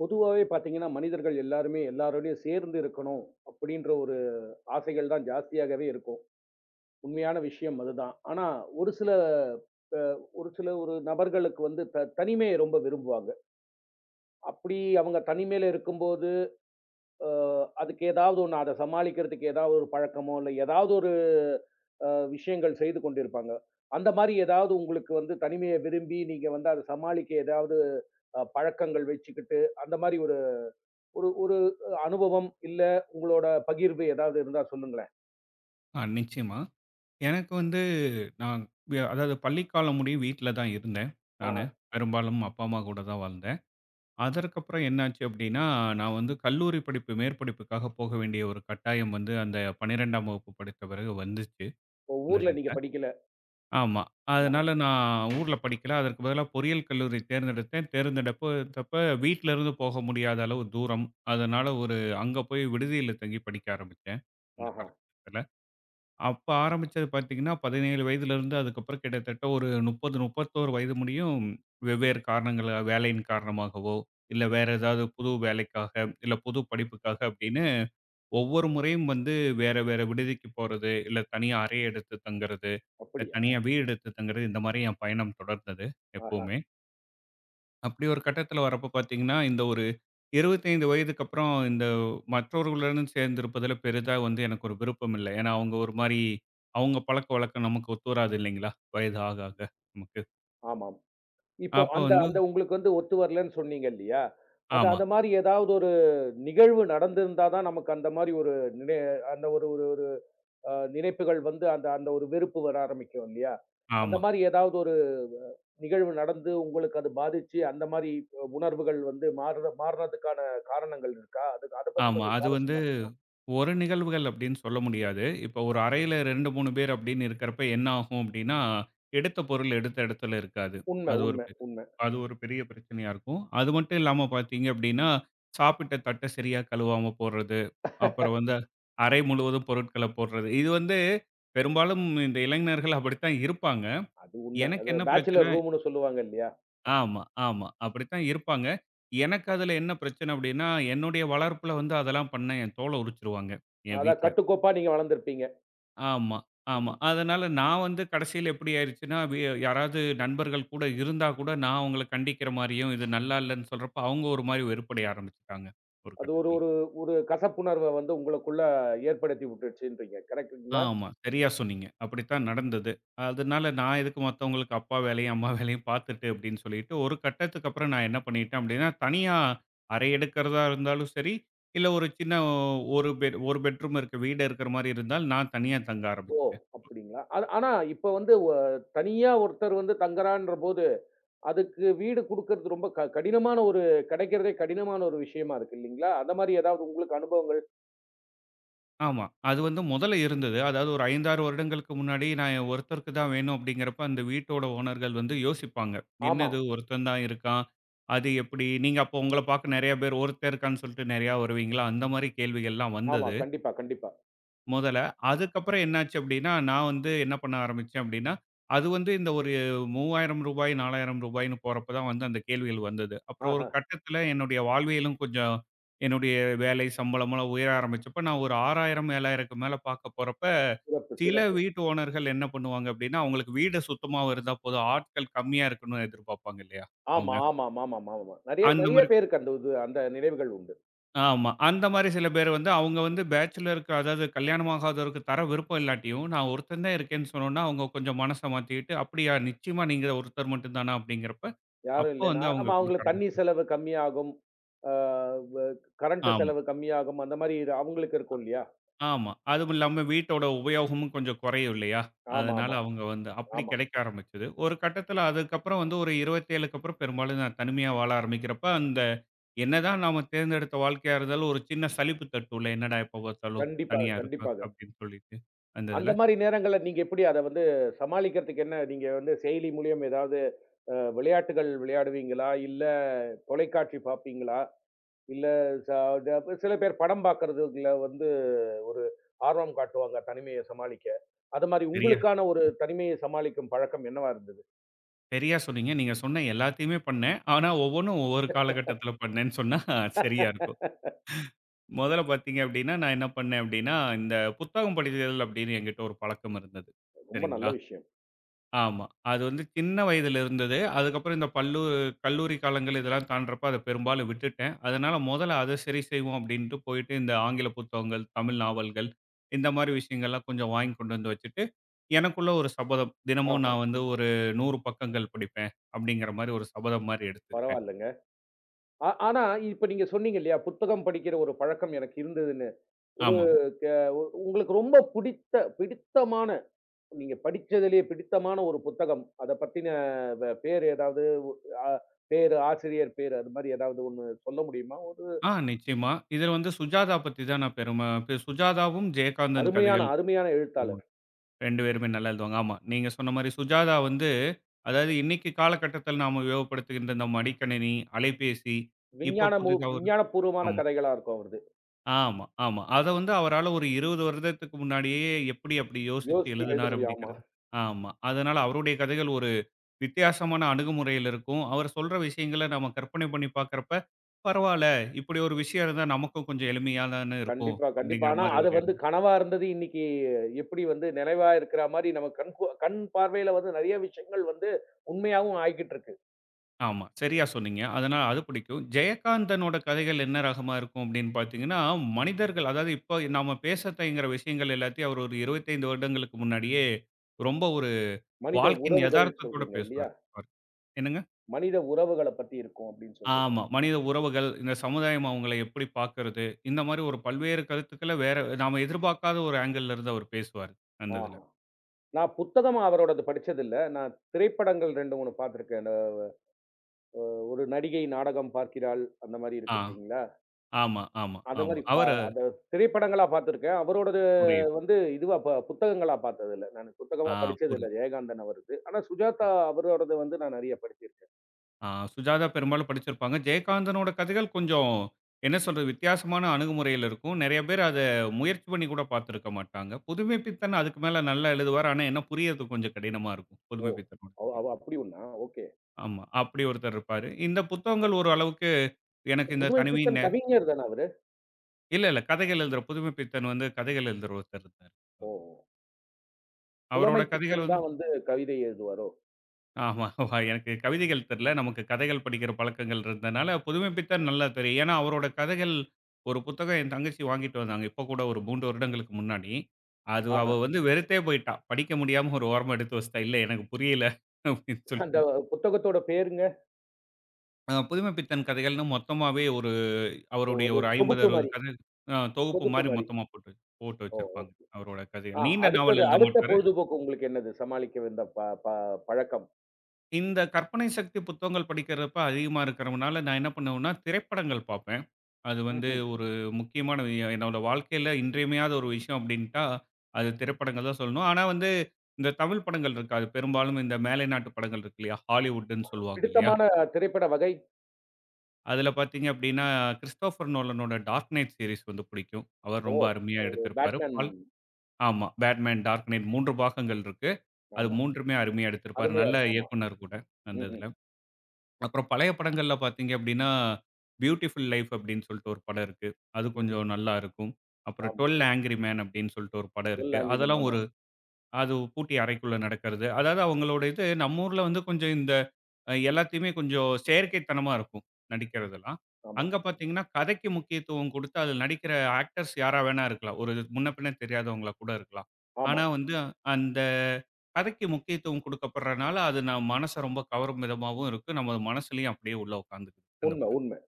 பொதுவாவே பார்த்தீங்கன்னா, மனிதர்கள் எல்லாருமே எல்லாரோடையும் சேர்ந்து இருக்கணும் அப்படின்ற ஒரு ஆசைகள் தான் ஜாஸ்தியாகவே இருக்கும். உண்மையான விஷயம் அதுதான். ஆனா, ஒரு சில அ ஒரு சில ஒரு நபர்களுக்கு வந்து தனிமையை ரொம்ப விரும்புவாங்க. அப்படி அவங்க தனிமையில இருக்கும்போது, அ அதுக்கு ஏதாவது ஒண்ணு அத சமாளிக்கிறதுக்கு ஏதாவது ஒரு பழக்கமோ, இல்ல ஏதாவது ஒரு அ விஷயங்கள் செய்து கொண்டிருப்பாங்க. அந்த மாரி ஏதாவது உங்களுக்கு வந்து தனிமையை விரும்பி, நீங்க வந்து அத சமாளிக்க ஏதாவது பழக்கங்கள் வச்சுக்கிட்டு, அந்த மாரி ஒரு ஒரு ஒரு அனுபவம், இல்ல உங்களோட பகிர்வு ஏதாவது இருந்தா சொல்லுங்களேன்? நிச்சயமா. எனக்கு வந்து நான் அதாவது பள்ளிக்காலம் முடிய வீட்ல தான் இருந்தேன் நானு. ஆஹா. பெரும்பாலும் அப்பா, அம்மா கூட தான் வாழ்ந்தேன். அதற்கப்புறம் என்னாச்சு அப்டின்னா, நான் வந்து கல்லூரி படிப்பு மேற்படிப்புக்காக போக வேண்டிய ஒரு கட்டாயம் வந்து அந்த 12ஆம் வகுப்பு படித்த பிறகு வந்துச்சு. இப்போ அந்த ஊர்ல நீங்க நேரத்துல. படிக்கல. ஆமா. ஆஹா, அதனால நான் ஊர்ல படிக்கல. அதற்கு பதிலா பொறியியல் கல்லூரி தேர்ந்தெடுத்தேன். தேர்ந்தெடுப்பதப்ப வீட்லருந்து போக முடியாத அளவு தூரம். அதனால ஒரு அங்க போய் விடுதியில தங்கி படிக்க ஆரம்பிச்சேன். அந்த ஆஹா. காலகட்டத்துல. அப்ப ஆரம்பிச்சது பார்த்தீங்கன்னா, 17 வயதிலிருந்து அதுக்கப்புறம் கிட்டத்தட்ட ஒரு 30, 31 வயது முடியும் வெவ்வேறு காரணங்களா வேலையின் காரணமாகவோ, இல்ல வேற ஏதாவது புது வேலைக்காக, இல்ல புது படிப்புக்காக அப்படின்னு ஒவ்வொரு முறையும் வந்து வேற வேற விடுதிக்கு போறது, இல்ல தனியா அறை எடுத்து தங்குறது, இல்ல அப்படியா? தனியா வீடு எடுத்து தங்குறது இந்த மாரி என் பயணம் தொடர்ந்தது ஆஹா. எப்பவுமே. அப்படி ஒரு கட்டத்தில வரப்ப பார்த்தீங்கன்னா, இந்த ஒரு 25 வயதுக்கு அப்புறம் இந்த மற்றவர்களுடன் சேர்ந்திருப்பதில பெரிதா வந்து எனக்கு ஒரு விருப்பம் இல்ல. ஏன்னா, அவங்க ஒரு மாரி அவங்க பழக்கவழக்கம் நமக்கு ஒத்து வராது இல்லைங்களா? வயது ஆக ஆக நமக்கு. ஆமாம். இப்போ அப்ப அந்த வந்து அந்த உங்களுக்கு வந்து ஒத்து வரலன்னு சொன்னீங்க இல்லையா? அது ஆமா, அந்த மாரி ஏதாவது ஒரு நிகழ்வு நடந்திருந்தா தான் நமக்கு அந்த மாரி ஒரு நினை அந்த ஒரு ஒரு ஒரு நினைப்புகள் வந்து அந்த அந்த ஒரு வெறுப்பு வர ஆரம்பிக்கும் இல்லையா? அந்த ஆமா. மாரி ஏதாவது ஒரு அ நிகழ்வு நடந்து உங்களுக்கு அது பாதிச்சு, அந்த மாரி உணர்வுகள் வந்து மாறுறதுக்கான காரணங்கள் இருக்கா? அது அத பத்தி ஆமா. கொஞ்சம் அது வந்து சுவாரஸ்யமா இருக்குமே! ஒரு நிகழ்வுகள் அப்படின்னு சொல்ல முடியாது. இப்போ ஒரு அறையில 2, 3 பேர் அப்படின்னு இருக்கிறப்ப என்ன ஆகும் அப்படின்னா, எடுத்த பொருள் எடுத்த இடத்துல இருக்காது. உண்ம, அது ஒரு உண்ம, பெ உண்ம. அது ஒரு பெரிய பிரச்சனையா இருக்கும். அது மட்டும் இல்லாம பார்த்தீங்க அப்படின்னா, சாப்பிட்ட தட்ட சரியா கழுவாம போடுறது, அப்புறம் வந்து அறை முழுவதும் பொருட்கள போடுறது. இது வந்து பெரும்பாலும் இந்த இளைஞர்கள் அப்படித்தான் இருப்பாங்க. அது உண்ம. எனக்கு அது என்ன பிரச்சனை பேச்சுலர் ரூம்ன்னு சொல்லுவாங்க இல்லையா? ஆமா, ஆமா. அப்படித்தான் இருப்பாங்க. எனக்கு அதுல என்ன பிரச்சனை அப்படின்னா, என்னுடைய வளர்ப்புல வந்து அதெல்லாம் பண்ணா என் தோல உரிச்சுருவாங்க, என் அதான் வீட்ல. கட்டுக்கோப்பா நீங்க வளர்ந்திருப்பீங்க. ஆமா, ஆமா. ம்ஹ்ம். அதனால நான் வந்து கடைசியில எப்படி ஆயிருச்சுன்னா, வி யாராவது நண்பர்கள் கூட இருந்தா கூட, நான் அவங்கள கண்டிக்கிற மாரியும், இது நல்லா இல்லன்னு சொல்றப்ப, அவங்க ஒரு மாரி வெறுப்படைய ஆரம்பிச்சுட்டாங்க, ஒரு அது ஒரு கட்டத்துல. ஒரு ஒரு கசப்புணர்வ வந்து உங்களுக்குள்ள ஏற்படுத்தி விட்டுருச்சுன்றீங்க. கரெக்ட்டுங்களா? ஆமா. சரியா சொன்னீங்க. அப்படித்தான் நடந்தது. அதனால நான் எதுக்கு மத்தவங்களுக்கு அப்பா வேலையும், அம்மா வேலையும் பார்த்துட்டு அப்படின்னு சொல்லிட்டு, ஒரு கட்டத்துக்கு அப்புறம் நான் என்ன பண்ணிட்டேன் அப்படின்னா, தனியா அறை எடுக்கிறதா இருந்தாலும் சரி, இல்ல ஒரு சின்ன ஒரு பெட்ரூம் இருக்க வீடு இருக்கிற மாரி இருந்தால், நான் தனியா தங்க ஆரம்பிச்சேன். அப்படிங்களா? ஆனா ஆனா இப்ப வந்து தனியா ஒருத்தர் வந்து தங்குறான்றபோது, அதுக்கு வீடு குடுக்குறது ரொம்ப கடினமான ஒரு கிடைக்கிறதே கடினமான ஒரு விஷயமா இருக்கு இல்லீங்களா? அந்த மாரி ஏதாவது உங்களுக்கு அனுபவங்கள் ஆமா. அது வந்து முதல்ல இருந்தது. அதாவது ஒரு 5, 6 வருடங்களுக்கு முன்னாடி நான் ஒருத்தருக்கு தான் வேணும் அப்படிங்கிறப்ப, அந்த வீட்டோட ஓனர்கள் வந்து யோசிப்பாங்க. என்ன ஆமா, இது ஒருத்தன் தான் இருக்கான். அது எப்படி? நீங்க அப்போ உங்கள பார்க்க நெறைய பேர் ஒருத்தன் இருக்கான்னு சொல்லிட்டு நெறையா வருவீங்களா? அந்த மாரி கேள்விகள்லாம் ஆமா. வந்தது. கண்டிப்பா, கண்டிப்பா. முதல்ல. அதுக்கப்புறம் என்னாச்சு அப்படின்னா, நான் வந்து என்ன பண்ண ஆரம்பிச்சேன் அப்படின்னா, அது வந்து இந்த ஒரு ரூ. 3,000 ரூ. 4,000ன்னு போறப்ப தான் வந்து அந்த கேள்விகள் வந்தது. அப்புறம் ஒரு ஆஹ. கட்டத்தில என்னுடைய வாழ்வியலும் கொஞ்சம் என்னுடைய வேலை சம்பளம்லாம் உயர ஆரம்பிச்சப்ப, நான் ஒரு 6,000 7,000க்கு மேல பார்க்க போறப்ப, சிறப்பு, சில சிறப்பு. வீட்டு ஓனர்கள் என்ன பண்ணுவாங்க அப்படின்னா, அவங்களுக்கு வீடு சுத்தமாவும் இருந்தா போதும், ஆட்கள் கம்மியா இருக்கணும்னு எதிர்பார்ப்பாங்க இல்லையா ஆமா, அவங்க. ஆமாமாமாமாமா. நெறைய அந்த நெறைய மாரி பேருக்கு அந்த இது அந்த நினைவுகள் உண்டு. ஆமா. அந்த மாரி சில பேர் வந்து அவங்க வந்து பேச்சுலருக்கு அதாவது கல்யாணம் ஆகாதவருக்கு தர விருப்பம் இல்லாட்டியும், நான் ஒருத்தன் தான் இருக்கேன்னு சொன்னோன்னா, அவங்க கொஞ்சம் மனச மாத்திக்கிட்டு, "அப்படியா நிச்சயமா நீங்க ஒருத்தர் மட்டும் தானா?" அப்படிங்கிறப்ப, யாரும் அப்போ இல்லைன்னா, வந்து அவங்க ஆமா குடுக்க அவங்களுக்கு தண்ணீ ஆரம்பிச்சாங்க. செலவு கம்மியாகும். ஆ வ கரண்ட் ஆமா. செலவு கம்மியாகும். அந்த மாரி இது அவங்களுக்கு இருக்கும் இல்லையா? ஆமா. அதுவும் இல்லாம வீட்டோட உபயோகமும் கொஞ்சம் குறையும் இல்லையா? ஆமா, அதனால ஆமா, அவங்க வந்து அப்படி ஆமா. கிடைக்க ஆரம்பிச்சது. ஒரு கட்டத்தில அதுக்கப்புறம் வந்து ஒரு 27க்கு அப்புறம் பெரும்பாலும் நான் தனிமையா வாழ ஆரம்பிக்கிறப்ப, அந்த என்னதான் நாம தேர்ந்தெடுத்த வாழ்க்கையா இருந்தாலும், ஒரு சின்ன சலிப்பு தட்டும்ல. என்னடா எப்ப பார்த்தாலும் கண்டிப்பாக, தனியா இருக்கோம் கண்டிப்பாக. அப்படின்னு சொல்லிட்டு, அந்த அந்த இதுல. மாரி நேரங்கள்ல நீங்க எப்படி அத வந்து சமாளிக்கிறதுக்கு என்ன நீங்க வந்து செயலி மூலியம் ஏதாவது விளையாட்டுகள் விளையாடுவீங்களா? இல்ல தொலைக்காட்சி பார்ப்பீங்களா? இல்ல ச த சில பேர் படம் பார்க்கறதுல வந்து ஒரு ஆர்வம் காட்டுவாங்க, தனிமைய சமாளிக்க. அது மாரி சரியா உங்களுக்கான ஒரு தனிமையை சமாளிக்கும் பழக்கம் என்னவா இருந்தது? சரியா சொன்னீங்க. நீங்க சொன்ன எல்லாத்தையுமே பண்ணேன். ஆனா ஒவ்வொன்னும் ஒவ்வொரு காலகட்டத்தில பண்ணேன்னு சொன்னா சரியா இருக்கும். முதல்ல பார்த்தீங்க அப்படின்னா, நான் என்ன பண்ணேன் அப்படின்னா, இந்த புத்தகம் படிக்கிறது அப்படின்னு என்கிட்ட ஒரு பழக்கம் இருந்தது. ரொம்ப நல்ல சரிங்களா? விஷயம். ஆமா. அது வந்து சின்ன வயதில இருந்தது. அதுக்கப்புறம் இந்த கல்லூரி காலங்கள் இதெல்லாம் தாண்டுறப்ப அத பெரும்பாலும் விட்டுட்டேன். அதனால முதல்ல அத சரி செய்வோம் அப்டின்ட்டு போயிட்டு இந்த ஆங்கில புத்தகங்கள், தமிழ் நாவல்கள் இந்த மாரி விஷயங்கள்லாம் கொஞ்சம் வாங்கி கொண்டு வந்து வச்சுட்டு, எனக்குள்ள ஒரு சபதம். தினமும் ஆஹா, நான் வந்து ஒரு 100 பக்கங்கள் படிப்பேன் அப்டிங்கிற மாரி ஒரு சபதம் மாரி எடுத்துக்கிட்டேன். பரவால்லங்க. ஆ ஆனா, இப்ப நீங்க சொன்னீங்க இல்லையா, புத்தகம் படிக்கிற ஒரு பழக்கம் எனக்கு இருந்ததுன்னு. ஒரு ஆமாங்க. கே உங்களுக்கு ரொம்ப பிடித்தமான, நீங்க படிச்சதிலேயே பிடித்தமான ஒரு புத்தகம். அத பத்தின பேர் ஏதாவது ஒ அ பேரு, ஆசிரியர் பேரு அது மாரி ஏதாவது ஒண்ணு சொல்ல முடியுமா? ஒரு நிச்சயமா. இதில வந்து சுஜாதா பத்தி தான் நான் பெரும சுஜாதாவும் ஜெயகாந்தன் அருமையான, கதைகள். அருமையான எழுத்தாளர். 2 பேருமே நல்லா எழுதுவாங்க. ஆமா. நீங்க சொன்ன மாரி சுஜாதா வந்து, அதாவது இன்னைக்கு காலகட்டத்தில நாம உபயோகப்படுத்துகின்ற இந்த மடிக்கணினி, அலைபேசி, இப்ப புதிதா ஒரு விஞ்ஞானபூர்வமான ஆமா, கதைகளா இருக்கும் அவரது. ஆமா. அத வந்து அவரால ஒரு 20 வருடத்துக்கு முன்னாடியே எப்படி அப்படி யோசிச்சு யோசிச்சு எழுத எழுதினார் முடியும். ஆமா. அப்படிங்கிறது ஆமா. அதனால அவருடைய கதைகள் ஒரு வித்தியாசமான அணுகுமுறையில இருக்கும். அவர் சொல்ற விஷயங்கள நம்ம கற்பனை பண்ணி பார்க்கிறப்ப, பரவால்ல, இப்படி ஒரு விஷயம் இருந்தா நமக்கும் கொஞ்சம் எளிமையா தான இருக்கும் கண்டிப்பா, கண்டிப்பா. அப்படிங்கிற ஆனா, மாரி அது ஒரு வந்து எண்ணம். கனவா இருந்தது இன்னைக்கு எப்படி வந்து நினைவா இருக்கிற மாரி நம்ம கண் பார்வையில வந்து நெறைய விஷயங்கள் வந்து உண்மையாவும் ஆயிக்கிட்டு இருக்கு. ஆமா. சரியா சொன்னீங்க. அதனால அது பிடிக்கும். ஜெயகாந்தனோட கதைகள் என்ன ரகமா இருக்கும் அப்படின்னு பார்த்தீங்கன்னா, மனிதர்கள் அதாவது இப்போ நாம பேச தயங்குற விஷயங்கள் எல்லாத்தையும் அவர் ஒரு 25 வருடங்களுக்கு முன்னாடியே ரொம்ப ஒரு மனித வாழ்க்கையின் உறவுகள் யதார்த்தத்தோட சொல்றீங்க இல்லையா? பேசுவார். அவர். என்னங்க? மனித உறவுகள பத்தி இருக்கும் அப்படின்னு சொல்றீங்க. ஆமா. மனித உறவுகள், இந்த சமுதாயம் அவங்கள எப்படி பார்க்கிறது, இந்த மாரி ஒரு பல்வேறு கருத்துக்கள வேற நாம எதிர்பார்க்காத ஒரு ஆங்கிள்ல இருந்து அவர் பேசுவாரு. அந்த இதுல. ஆஹா. நான் புத்தகமா அவரோடது படிச்சதில்ல. நான் திரைப்படங்கள் 2, 3 பார்த்துருக்கேன். அந்த ஒரு நடிகை நாடகம் பார்க்கிறாள், அந்த மாரி ஆ. இருக்கு இல்லீங்களா? ஆமா, ஆமா, ஆமா, அந்த ஆமா. மாரி பா அவர அத திரைப்படங்களா பார்த்துருக்கேன். அவரோடது புரியுது. வந்து இதுவா ப புத்தகங்களா பார்த்ததில்ல. நான் புத்தகமா ஆ படிச்சதில்ல புரியுது. ஜெயகாந்தன் அவரது. ஆனா சுஜாதா அவரோடது வந்து நான் நெறைய படிச்சிருக்கேன். சுஜாதா பெரும்பாலும் படிச்சிருப்பாங்க. ஜெயகாந்தனோட கதைகள் கொஞ்சம் என்ன சொல்றது? வித்தியாசமான அணுகுமுறையில இருக்கும். நெறைய பேர் அத முயற்சி பண்ணி கூட பார்த்திருக்க மாட்டாங்க. புதுமைப்பித்தன் அதுக்கு மேல நல்லா எழுதுவாரு. ஆனா என்ன புரியறது கொஞ்சம் கடினமா இருக்கும். ஓ! புதுமைப்பித்தனோட அவ கதை. அவ அப்படி ஒண்ணா? ஓகே. ஆமா. அப்படி ஒருத்தர் இருப்பாரு. இந்த புத்தகங்கள் ஒரு அளவுக்கு எனக்கு இந்த தனிமையின் புதுமைப்பித்தன் நேர கவிஞர் தான அவரு? இல்ல. கதைகள் எழுதுற புதுமைப்பித்தன் வந்து கதைகள் எழுதுற ஒருத்தர் இருந்தாரு. ஓ! அவரோட கதைகள் புலமைப்பித்தன் வந்து தான் வந்து கவிதை எழுதுவாரோ? ஆமா. எனக்கு கவிதைகள் தெரியல. நமக்கு கதைகள் படிக்கிற பழக்கங்கள் இருந்தனால, புதுமைப்பித்தன் நல்லா தெரியும். ஏன்னா, அவரோட கதைகள் ஒரு புத்தகம் என் தங்கச்சி வாங்கிட்டு வந்தாங்க. இப்போ கூட ஒரு 3 வருடங்களுக்கு முன்னாடி. அது அவ ஆஹ. வந்து வெறுத்தே போயிட்டா. படிக்க முடியாம ஒரு ஓரமா எடுத்து வச்சுட்டா. "இல்ல எனக்கு புரியல" அப்படின்னு அந்த சொல்லிட்டு. புத்தகத்தோட பேருங்க? புதுமைப்பித்தன் கதைகள்னு மொத்தமாவே ஒரு ஓ! அவருடைய அது ஒரு 50, தொகுப்பு 60 மாரி, கதை தொகுப்பு தொகுப்பு மாரி மாரி. மொத்தமா போட்டு போட்டு ஓ! வச்சிருப்பாங்க. அவரோட கதைகள். ஆ நீண்ட நாவல் அடுத்தது எழுத அடுத்த மாட்டாரு. பொழுதுபோக்கு உங்களுக்கு என்னது? சமாளிக்க இந்த ப ப பழக்கம்? இந்த கற்பனை சக்தி புத்தகங்கள் படிக்கிறப்ப அதிகமா இருக்கிறதுனால, நான் என்ன பண்ணுவேன்னா, திரைப்படங்கள் பார்ப்பேன். அது வந்து ம்ஹ்ம். ஒரு முக்கியமான என்னோட வாழ்க்கையில இன்றியமையாத ஒரு விஷயம் அப்டின்ட்டா, அது திரைப்படங்கள் தான் சொல்லணும். ஆனா வந்து, இந்த தமிழ் படங்கள் இருக்காது. பெரும்பாலும் இந்த மேலை நாட்டு படங்கள் இருக்கு இல்லையா? ஹாலிவுட்ன்னு சொல்லுவாங்க இல்லையா? பிடித்தமான திரைப்பட வகை? அதில பார்த்தீங்க அப்டின்னா, கிறிஸ்டோபர் நோலனோட டார்க் நைட் சீரிஸ் வந்து பிடிக்கும். அவர் ஓ! ரொம்ப அருமையா எடுத்திருப்பாரு. பேட்மேன். ஆமா. பேட்மேன், டார்க் நைட் 3 பாகங்கள் இருக்கு. அது ஆமா. 3மே அருமையா எடுத்திருப்பாரு. அருமையா நல்ல இருக்கும். ஆமா. இயக்குனர் கூட, அந்த இதுல. ம்ஹ்ம். அப்புறம் பழைய படங்கள்ல பார்த்தீங்க அப்படின்னா, பியூட்டிஃபுல் லைஃப் அப்படின்னு சொல்லிட்டு ஒரு படம் இருக்கு. அது ம்ஹ்ம். கொஞ்சம் நல்லா இருக்கும். அப்புறம் ஆமா. 12 ஆங்ரி மேன் அப்படின்னு சொல்லிட்டு ஒரு படம் வில் இருக்கு. ஆங்கில்மேன். அதெல்லாம் ஆமா, ஒரு அது பூட்டி அறைக்குள்ள நடக்கிறது. அதாவது அவங்களோட இது நம்ம ஊர்ல வந்து கொஞ்சம் இந்த எல்லாத்தையுமே கொஞ்சம் செயற்கைத்தனமா இருக்கும், நடிக்கிறதெல்லாம். ஆமா, அங்க பார்த்தீங்கன்னா, கதைக்கு முக்கியத்துவம் குடுத்து அதில நடிக்கிற ஆக்டர்ஸ் யாரா வேணா இருக்கலாம். ஒரு முன்ன பின்ன தெரியாதவங்களா கூட இருக்கலாம். ஆனா ஆமா. வந்து அந்த கதைக்கு முக்கியத்துவம் குடுக்கப்படுறனால, அது நம்ம மனச ரொம்ப கவரும் விதமாவும் இருக்கு. நமது மனசுலயும் அப்படியே உள்ள உட்காந்துக்குது அந்த உண்ம, படம். உண்ம,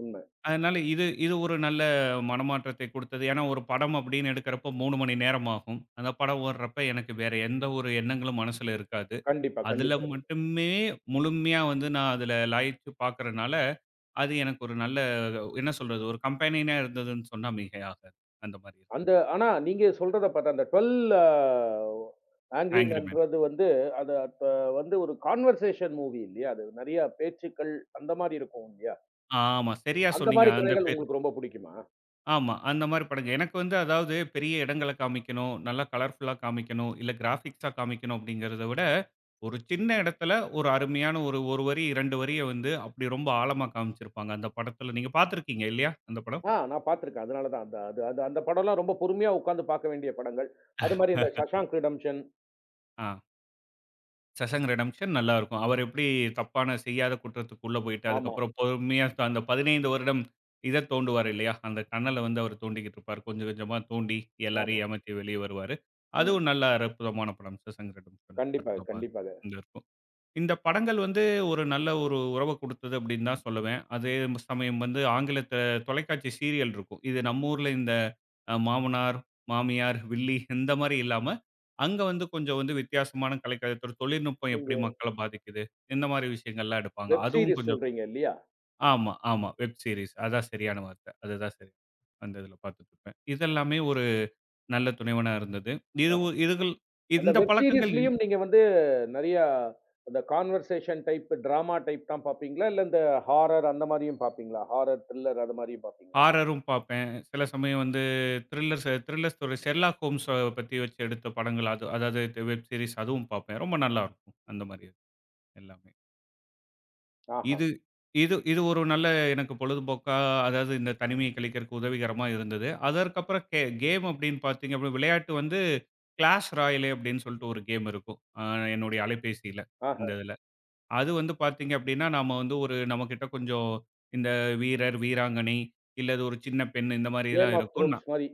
உண்ம. அதனால இது இது ஒரு நல்ல மனமாற்றத்தை குடுத்தது. ஏன்னா, ஒரு படம் அப்படின்னு எடுக்கிறப்போ 3 மணி நேரம் ஆகும். அந்த படம் ஓடுறப்ப எனக்கு வேற எந்த ஒரு எண்ணங்களும் மனசுல இருக்காது. கண்டிப்பா, அதுல கண்டிப்பா. இருக்கு. மட்டுமே முழுமையா வந்து நான் அதுல லயிச்சு பார்க்கறனால, அது எனக்கு ஒரு நல்ல என்ன சொல்றது? ஒரு கம்பெனியனா இருந்ததுன்னு சொன்னா மிகையாகாது. அந்த மாரி இருக்கு. அந்த ஆனா நீங்க சொல்றத பார்த்தா அந்த 12 ஆங்ரி ஆங்கிரி மேன். மேன்றது வந்து அது அப்ப வந்து ஒரு கான்வர்சேஷன் மூவி இல்லையா? அது நெறைய பேச்சுக்கள் அந்த மாரி இருக்கும் இல்லையா? ஆமா, சரியா அந்த சொன்னீங்க. மாரி அந்த கலைகள் பெ உங்களுக்கு ரொம்ப புடிக்குமா? ஆமா. அந்த மாரி படங்க. எனக்கு வந்து அதாவது பெரிய இடங்கள காமிக்கணும், நல்லா கலர்ஃபுல்லா காமிக்கணும், இல்ல கிராபிக்ஸா காமிக்கணும் அப்படிங்கிறத விட, ஒரு சின்ன இடத்துல ஒரு அருமையான ஒரு 1 வரி, 2 வரிய வந்து அப்படி ரொம்ப ஆழமா காமிச்சிருப்பாங்க. அந்த படத்துல நீங்க பார்த்திருக்கீங்க இல்லையா? அந்த படம்? ஆ நான் பார்த்துருக்கேன். அதனால தான். அந்த அது அது அந்த படம்லாம் ரொம்ப பொறுமையா உட்கார்ந்து பார்க்க வேண்டிய படங்கள். அது மாரி இந்த "ஷஷாங்க் ரிடெம்ப்ஷன்" ஆ. சசங் ரிடெம்ப்ஷன் நல்லாருக்கும். அவர் எப்படி தப்பான செய்யாத குற்றத்துக்கு உள்ள போயிட்டு, ஆமா, அதுக்கப்புறம் பொறுமையா த- அந்த 15 வருடம் இத தோண்டுவார் இல்லையா? அந்த டன்னல வந்து அவர் தோண்டிக்கிட்டு இருப்பார். கொஞ்சம் கொஞ்சமா தோண்டி ஆமா. எல்லாரையும் ஏமாத்தி வெளிய வருவாரு. ம். அதுவும் நல்ல அற்புதமான படம். Shawshank redemption. கண்டிப்பாக, அற்புதமா இருக்கும். கண்டிப்பாக. இந்த இருக்கும். இந்த படங்கள் வந்து ஒரு நல்ல ஒரு உறவ குடுத்தது அப்படின்னு தான் சொல்லுவேன். அதே சமயம் வந்து ஆங்கிலத்த தொலைக்காட்சி சீரியல் இருக்கும். இது நம்ம ஊர்ல இந்த மாமனார், மாமியார், வில்லி இந்த மாரி இல்லாம, அங்க வந்து கொஞ்சம் வந்து வித்தியாசமான கலைக்கதை தொழில்நுட்பம் எப்படி நீங்க மக்கள பாதிக்குது, இந்த மாரி விஷயங்கள்லாம் எடுப்பாங்க. வெப் அதுவும் சீரிஸ் கொஞ்சம் சொல்றீங்க இல்லையா? ஆமா, ஆமா. வெப் சீரிஸ் அதான் சரியான வார்த்தை. அதுதான் சரி. அந்த இதில பார்த்துட்டுருப்பேன். இதெல்லாமே ஒரு நல்ல துணைவனா இருந்தது. ஆஹ. இதுவு இதுகள் அந்த இந்த வெப் பழக்கங்கள் சீரிஸ்லயும் நீங்க வந்து நெறையா அந்த கான்வர்சேஷன் டைப், டிராமா டைப் தான் பார்ப்பீங்களா? இல்ல இந்த ஹாரர் அந்த மாரியும் பார்ப்பீங்களா? ஹாரர், த்ரில்லர் அது மாரியும் பார்ப்பீங்களா? ஹாரரும் பார்ப்பேன். சில சமயம் வந்து thrillers thriller story Sherlock Holmes பத்தி வச்சு எடுத்த படங்கள் அது அதாவது வெப் சீரிஸ் அதுவும் பார்ப்பேன். ரொம்ப நல்லாருக்கும். அந்த மாரி எல்லாமே. ஆஹா, இது இது இது ஒரு நல்ல எனக்கு பொழுதுபோக்கா அதாவது இந்த தனிமையை கழிக்கிறதுக்கு உதவிகரமா இருந்தது. அதற்கப்புறம் கேம் அப்படின்னு பார்த்தீங்க அப்படின்னா விளையாட்டு வந்து கிளாஷ் ராயலே அப்படின்னு சொல்லிட்டு ஒரு கேம் இருக்கும். என்னுடைய அலைபேசியில ஆஹா. இந்த இதில. அது வந்து பார்த்தீங்க அப்படின்னா நாம வந்து ஒரு நம்மகிட்ட கொஞ்சம் இந்த வீரர், வீராங்கனை இல்ல அது ஒரு சின்ன பெண் இந்த கேம் மாரிலாம் ஆஃப் இருக்கும். த்ரோன்ஸ் மாரி.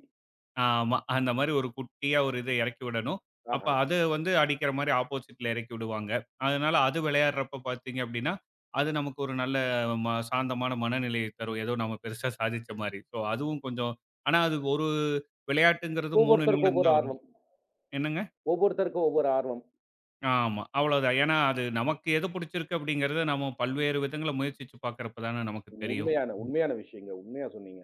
ஆமா. அந்த மாரி ஒரு குட்டியா ஒரு இத இறக்கி விடணும். அப்ப ஆஹா. அது வந்து அடிக்கிற மாரி ஆப்போசிட்ல இறக்கி விடுவாங்க. அதனால அது விளையாடுறப்ப பார்த்தீங்க அப்படின்னா, அது நமக்கு ஒரு நல்ல சாந்தமான மனநிலையை தரும். ஏதோ நம்ம பெருசா சாதிச்ச மாரி. ஸோ அதுவும் கொஞ்சம் ஆனா அது ஒரு விளையாட்டுங்கிறது 3 ஒவ்வொருத்தருக்கும் நிமிடம் ஒவ்வொரு தான் வரும். ஆர்வம். என்னங்க? ஒவ்வொருத்தருக்கும் ஒவ்வொரு ஆர்வம். ஆமா. அவ்வளோதான். ஏன்னா அது நமக்கு எது புடிச்சிருக்கு அப்படிங்கிறத நம்ம பல்வேறு விதங்கள்ல முயற்சிச்சு பார்க்கிறப்ப தானே நமக்கு தெரியும். உண்மையான உண்மையான விஷயங்க. உண்மையா சொன்னீங்க.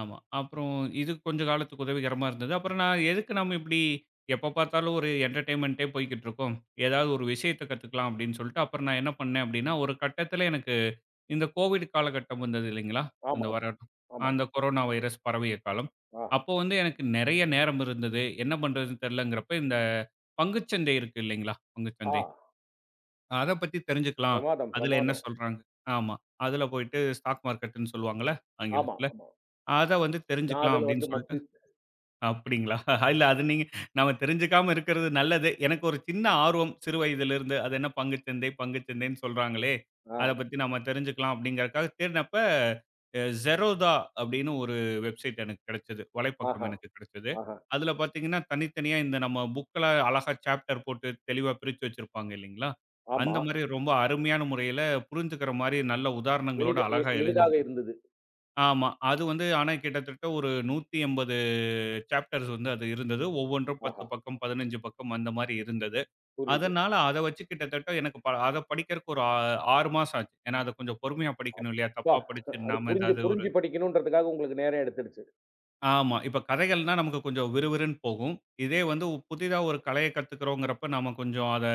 ஆமா. அப்புறம் இது கொஞ்ச காலத்துக்கு உதவிகரமா இருந்தது. அப்புறம் நான் எதுக்கு நம்ம இப்படி எப்ப பார்த்தாலும் ஒரு என்டர்டெயின்மென்ட்டே போய்க்கிட்டு இருக்கோம். ஏதாவது ஒரு விஷயத்த கத்துக்கலாம் அப்படின்னு சொல்லிட்டு, அப்புறம் நான் என்ன பண்ணேன் அப்படின்னா, ஒரு கட்டத்தில எனக்கு இந்த கோவிட் காலகட்டம் வந்தது இல்லைங்களா? அந்த ஆமாம், வரணும். ஆமாம். அந்த கொரோனா வைரஸ் பரவிய காலம். ஆஹா! அப்போ வந்து எனக்கு நெறைய நேரம் இருந்தது. என்ன பண்றதுன்னு தெரியலங்கிறப்ப, இந்த பங்குச்சந்தை இருக்கு இல்லைங்களா? ஆ பங்குச்சந்தை. அத பத்தி தெரிஞ்சுக்கலாம். பிரமாதம், அதுல என்ன பிரமாதம். சொல்றாங்க? ஆமா. அதுல போயிட்டு ஸ்டாக் மார்க்கெட்ன்னு சொல்லுவாங்கல்ல ஆமா, ஆங்கிலத்தில. ஆமா. அத வந்து நான் தெரிஞ்சுக்கலாம் அதுல அப்படின்னு வந்து சொல்லிட்டு மக்கு. அப்படிங்களா? இல்ல அது நீங்க நம்ம தெரிஞ்சுக்காம இருக்கிறது நல்லது. எனக்கு ஒரு சின்ன ஆர்வம் சிறு வயதிலிருந்து. அது என்ன பங்குச்சந்தை, பங்குச்சந்தைன்னு சொல்றாங்களே! ஆ, அத பத்தி நம்ம தெரிஞ்சுக்கலாம் அப்படிங்கிறக்காக தேடுனப்ப, Zerodha அப்படின்னு ஒரு வெப்சைட் எனக்கு கிடைச்சது. வலைப்பக்கம் ஆஹா, எனக்கு கிடைச்சது. ஆஹா. அதில பார்த்தீங்கன்னா, தனித்தனியா இந்த நம்ம புக்லாம் அழகா சாப்டர் போட்டு தெளிவா பிரிச்சு வச்சிருப்பாங்க இல்லைங்களா? ஆமா. அந்த மாரி ரொம்ப அருமையான முறையில புரிஞ்சுக்கிற மாரி நல்ல உதாரணங்களோட அழகா எளிதாக எழுதியிருந்தது. இருந்தது. ஆமா. அது வந்து ஆனா கிட்டத்தட்ட ஒரு 180 சாப்டர்ஸ் வந்து அது இருந்தது. ஒவ்வொன்றும் 10 ஆஹா! பக்கம், 15 பக்கம் அந்த மாரி இருந்தது. புரியுது. அதனால அத வச்சு கிட்டத்தட்ட எனக்கு அத படிக்கிறக்கு ஒரு 6 மாசம் ஆச்சு. ஏன்னா அத கொஞ்சம் பொறுமையா படிக்கணும் இல்லையா? அப்பா! தப்பா படிச்சு அது நாம புரிஞ்சு ஏதாவது ஒரு புரிஞ்சு படிக்கணுன்றதுக்காக உங்களுக்கு நேரம் எடுத்துருச்சு. ஆமா. இப்ப கதைகள்னா நமக்கு கொஞ்சம் விறுவிறுன்னு போகும். புதிதா ஒரு கலைய கத்துக்கிறோங்கிறப்ப நாம கொஞ்சம் அத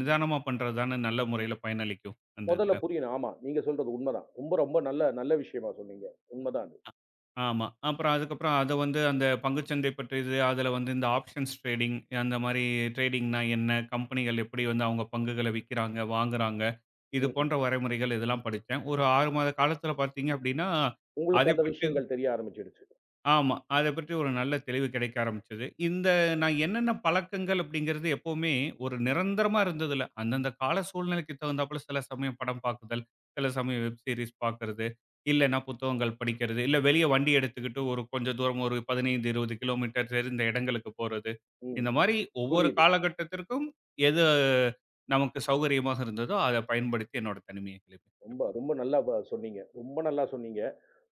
நிதானமா பண்றது தானே நல்ல முறையில பயனளிக்கும் அந்த மொதல்ல இதுல. புரியணும். ஆமா, நீங்க சொல்றது உண்மதான். ரொம்ப ரொம்ப நல்ல நல்ல விஷயமா சொன்னீங்க. உண்மதான் அது. ஆமா. அப்புறம் அதுக்கப்புறம் அத வந்து அந்த பங்குச்சந்தை பற்றியது, அதுல வந்து இந்த ஆப்ஷன்ஸ் ட்ரேடிங் அந்த மாரி ட்ரேடிங்னா என்ன? கம்பெனிகள் எப்படி வந்து அவங்க பங்குகள விக்கிறாங்க, வாங்குறாங்க? இது ம்ஹ்ம். போன்ற வரைமுறைகள் இதெல்லாம் படிச்சேன். ஒரு 6 மாத காலத்துல பார்த்தீங்க அப்படின்னா, உங்களுக்கு அதை அந்த பற்றி விஷயங்கள் தெரிய ஆரம்பிச்சுடுச்சு. ஆமா. அத பற்றி ஒரு நல்ல தெளிவு கிடைக்க ஆரம்பிச்சது. இந்த நான் என்னென்ன பழக்கங்கள் அப்படிங்கிறது எப்பவுமே ஒரு நிரந்தரமா இருந்தது இல்ல. அந்தந்த கால சூழ்நிலைக்கு தகுந்தாப்புல சில சமயம் படம் பார்க்குதல், சில சமயம் வெப் சீரிஸ் பார்க்கறது, இல்லன்னா புத்தகங்கள் படிக்கிறது, இல்ல வெளிய வண்டி எடுத்துக்கிட்டு ஒரு கொஞ்சம் தூரம் ஒரு 15, 20 கிலோமீட்டர் தெரிந்த இடங்களுக்கு போறது. ம். இந்த மாரி ஒவ்வொரு புரியுது. காலகட்டத்திற்கும் எது நமக்கு சௌகரியமாக இருந்ததோ, அத பயன்படுத்தி என்னோட தனிமையை கழிப்பேன் ரொம்ப எப்பவும். ரொம்ப நல்லா சொன்னீங்க. ரொம்ப நல்லா சொன்னீங்க.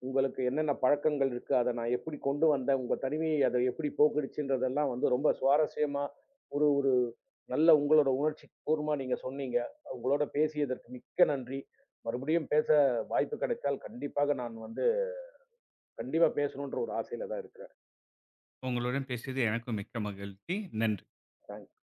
உங்களுக்கு என்னென்ன பழக்கங்கள் இருக்கு? அத நான் எப்படி கொண்டு வந்தேன்? உங்க தனிமையை அத எப்படி போக்குனுச்சுன்றதெல்லாம் வந்து ரொம்ப சுவாரஸ்யமா, ஒரு ஒரு நல்ல உங்களோட உணர்ச்சி பூர்வமா நீங்க சொன்னீங்க. உங்களோட பேசியதற்கு மிக்க நன்றி. மறுபடியும் பேச வாய்ப்பு கிடைத்தால் கண்டிப்பாக நான் வந்து கண்டிப்பா பேசணுன்ற ஒரு ஆசையில தான் இருக்கிறேன். உங்களுடன் பேசியது எனக்கும் மிக்க மகிழ்ச்சி. நன்றி. தேங்க்ஸ்.